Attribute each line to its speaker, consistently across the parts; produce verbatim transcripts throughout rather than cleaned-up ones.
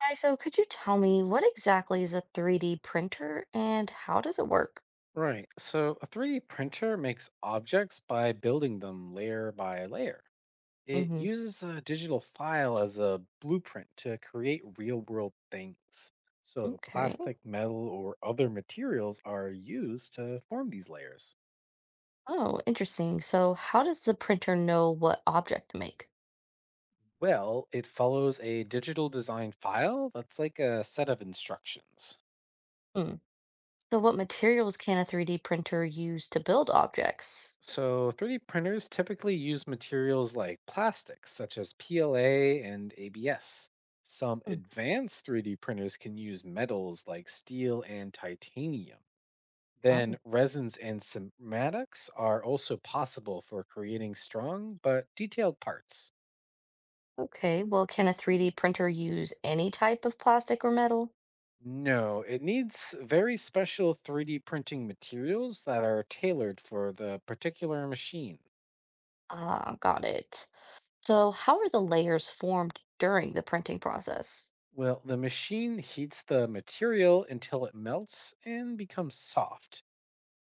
Speaker 1: Hi, so could you tell me what exactly is a three D printer and how does it work?
Speaker 2: Right. So a three D printer makes objects by building them layer by layer. It
Speaker 1: Hmm.
Speaker 2: uses a digital file as a blueprint to create real world things. So
Speaker 1: Okay.
Speaker 2: plastic, metal, or other materials are used to form these layers.
Speaker 1: Oh, interesting. So how does the printer know what object to make?
Speaker 2: Well, it follows a digital design file that's like a set of instructions.
Speaker 1: Hmm. So what materials can a three D printer use to build objects?
Speaker 2: So, three D printers typically use materials like plastics, such as P L A and A B S. Some
Speaker 1: Hmm.
Speaker 2: advanced three D printers can use metals like steel and titanium.
Speaker 1: Oh,
Speaker 2: Then, resins and cymatics are also possible for creating strong but detailed parts.
Speaker 1: okay. Well, can a three D printer use any type of plastic or metal?
Speaker 2: No, it needs very special three D printing materials that are tailored for the particular machine.
Speaker 1: Ah, got it. So how are the layers formed during the printing process?
Speaker 2: Well, the machine heats the material until it melts and becomes soft.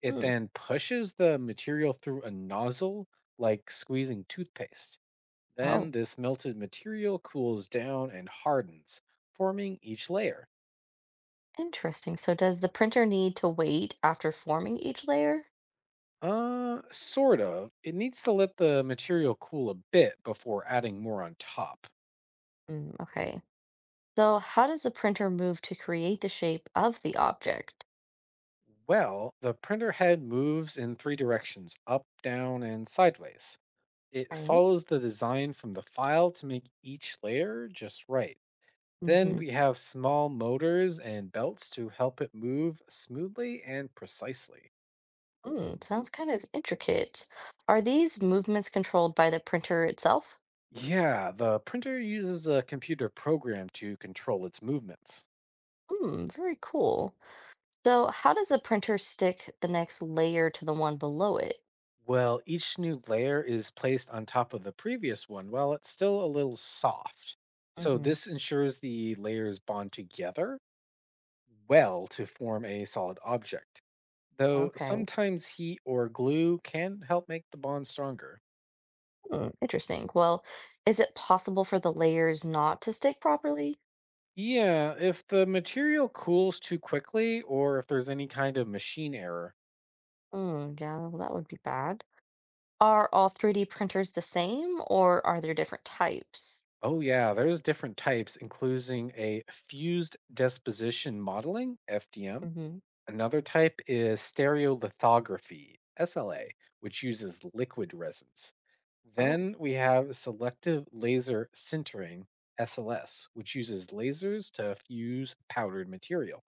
Speaker 2: It
Speaker 1: Hmm.
Speaker 2: then pushes the material through a nozzle, like squeezing toothpaste. Then
Speaker 1: Oh.
Speaker 2: this melted material cools down and hardens, forming each layer.
Speaker 1: Interesting. So does the printer need to wait after forming each layer?
Speaker 2: Uh, sort of. It needs to let the material cool a bit before adding more on top.
Speaker 1: Mm, okay. So how does the printer move to create the shape of the object?
Speaker 2: Well, the printer head moves in three directions up, down, and sideways. It
Speaker 1: Right.
Speaker 2: follows the design from the file to make each layer just right. Then
Speaker 1: Mm-hmm.
Speaker 2: we have small motors and belts to help it move smoothly and precisely.
Speaker 1: Mm, sounds kind of intricate. Are these movements controlled by the printer itself?
Speaker 2: Yeah, the printer uses a computer program to control its movements.
Speaker 1: Hmm, very cool. So how does the printer stick the next layer to the one below it?
Speaker 2: Well, each new layer is placed on top of the previous one while it's still a little soft. So
Speaker 1: Mm-hmm.
Speaker 2: this ensures the layers bond together well to form a solid object, though
Speaker 1: Okay.
Speaker 2: sometimes heat or glue can help make the bond stronger.
Speaker 1: Hmm, interesting. Well, is it possible for the layers not to stick properly?
Speaker 2: Yeah, if the material cools too quickly or if there's any kind of machine error.
Speaker 1: Mm, yeah, well, that would be bad. Are all three D printers the same, or are there different types?
Speaker 2: Oh, yeah, there's different types, including a fused deposition modeling, F D M.
Speaker 1: Mhm.
Speaker 2: Another type is stereolithography, S L A, which uses liquid resins.
Speaker 1: Oh.
Speaker 2: Then we have selective laser sintering, S L S, which uses lasers to fuse powdered material.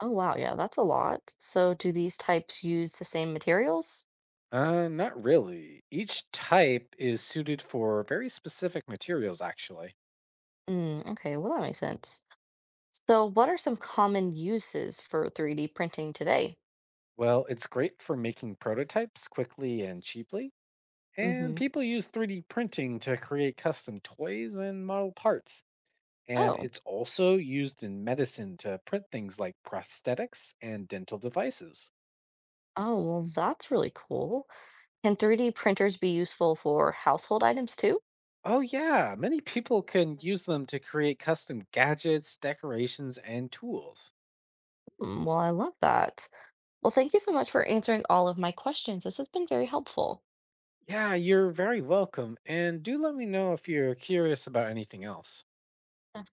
Speaker 1: Oh, wow, yeah, that's a lot. So do these types use the same materials?
Speaker 2: Uh, not really. Each type is suited for very specific materials, actually.
Speaker 1: Mm, okay, well, that makes sense. So what are some common uses for three D printing today?
Speaker 2: Well, it's great for making prototypes quickly and cheaply. And
Speaker 1: Hmm.
Speaker 2: people use three D printing to create custom toys and model parts. And
Speaker 1: Oh.
Speaker 2: it's also used in medicine to print things like prosthetics and dental devices.
Speaker 1: Oh, well, that's really cool. Can three D printers be useful for household items too?
Speaker 2: Oh, yeah. Many people can use them to create custom gadgets, decorations, and tools.
Speaker 1: Mm, well, I love that. Well, thank you so much for answering all of my questions. This has been very helpful.
Speaker 2: Yeah, you're very welcome. And do let me know if you're curious about anything else.
Speaker 1: Of course.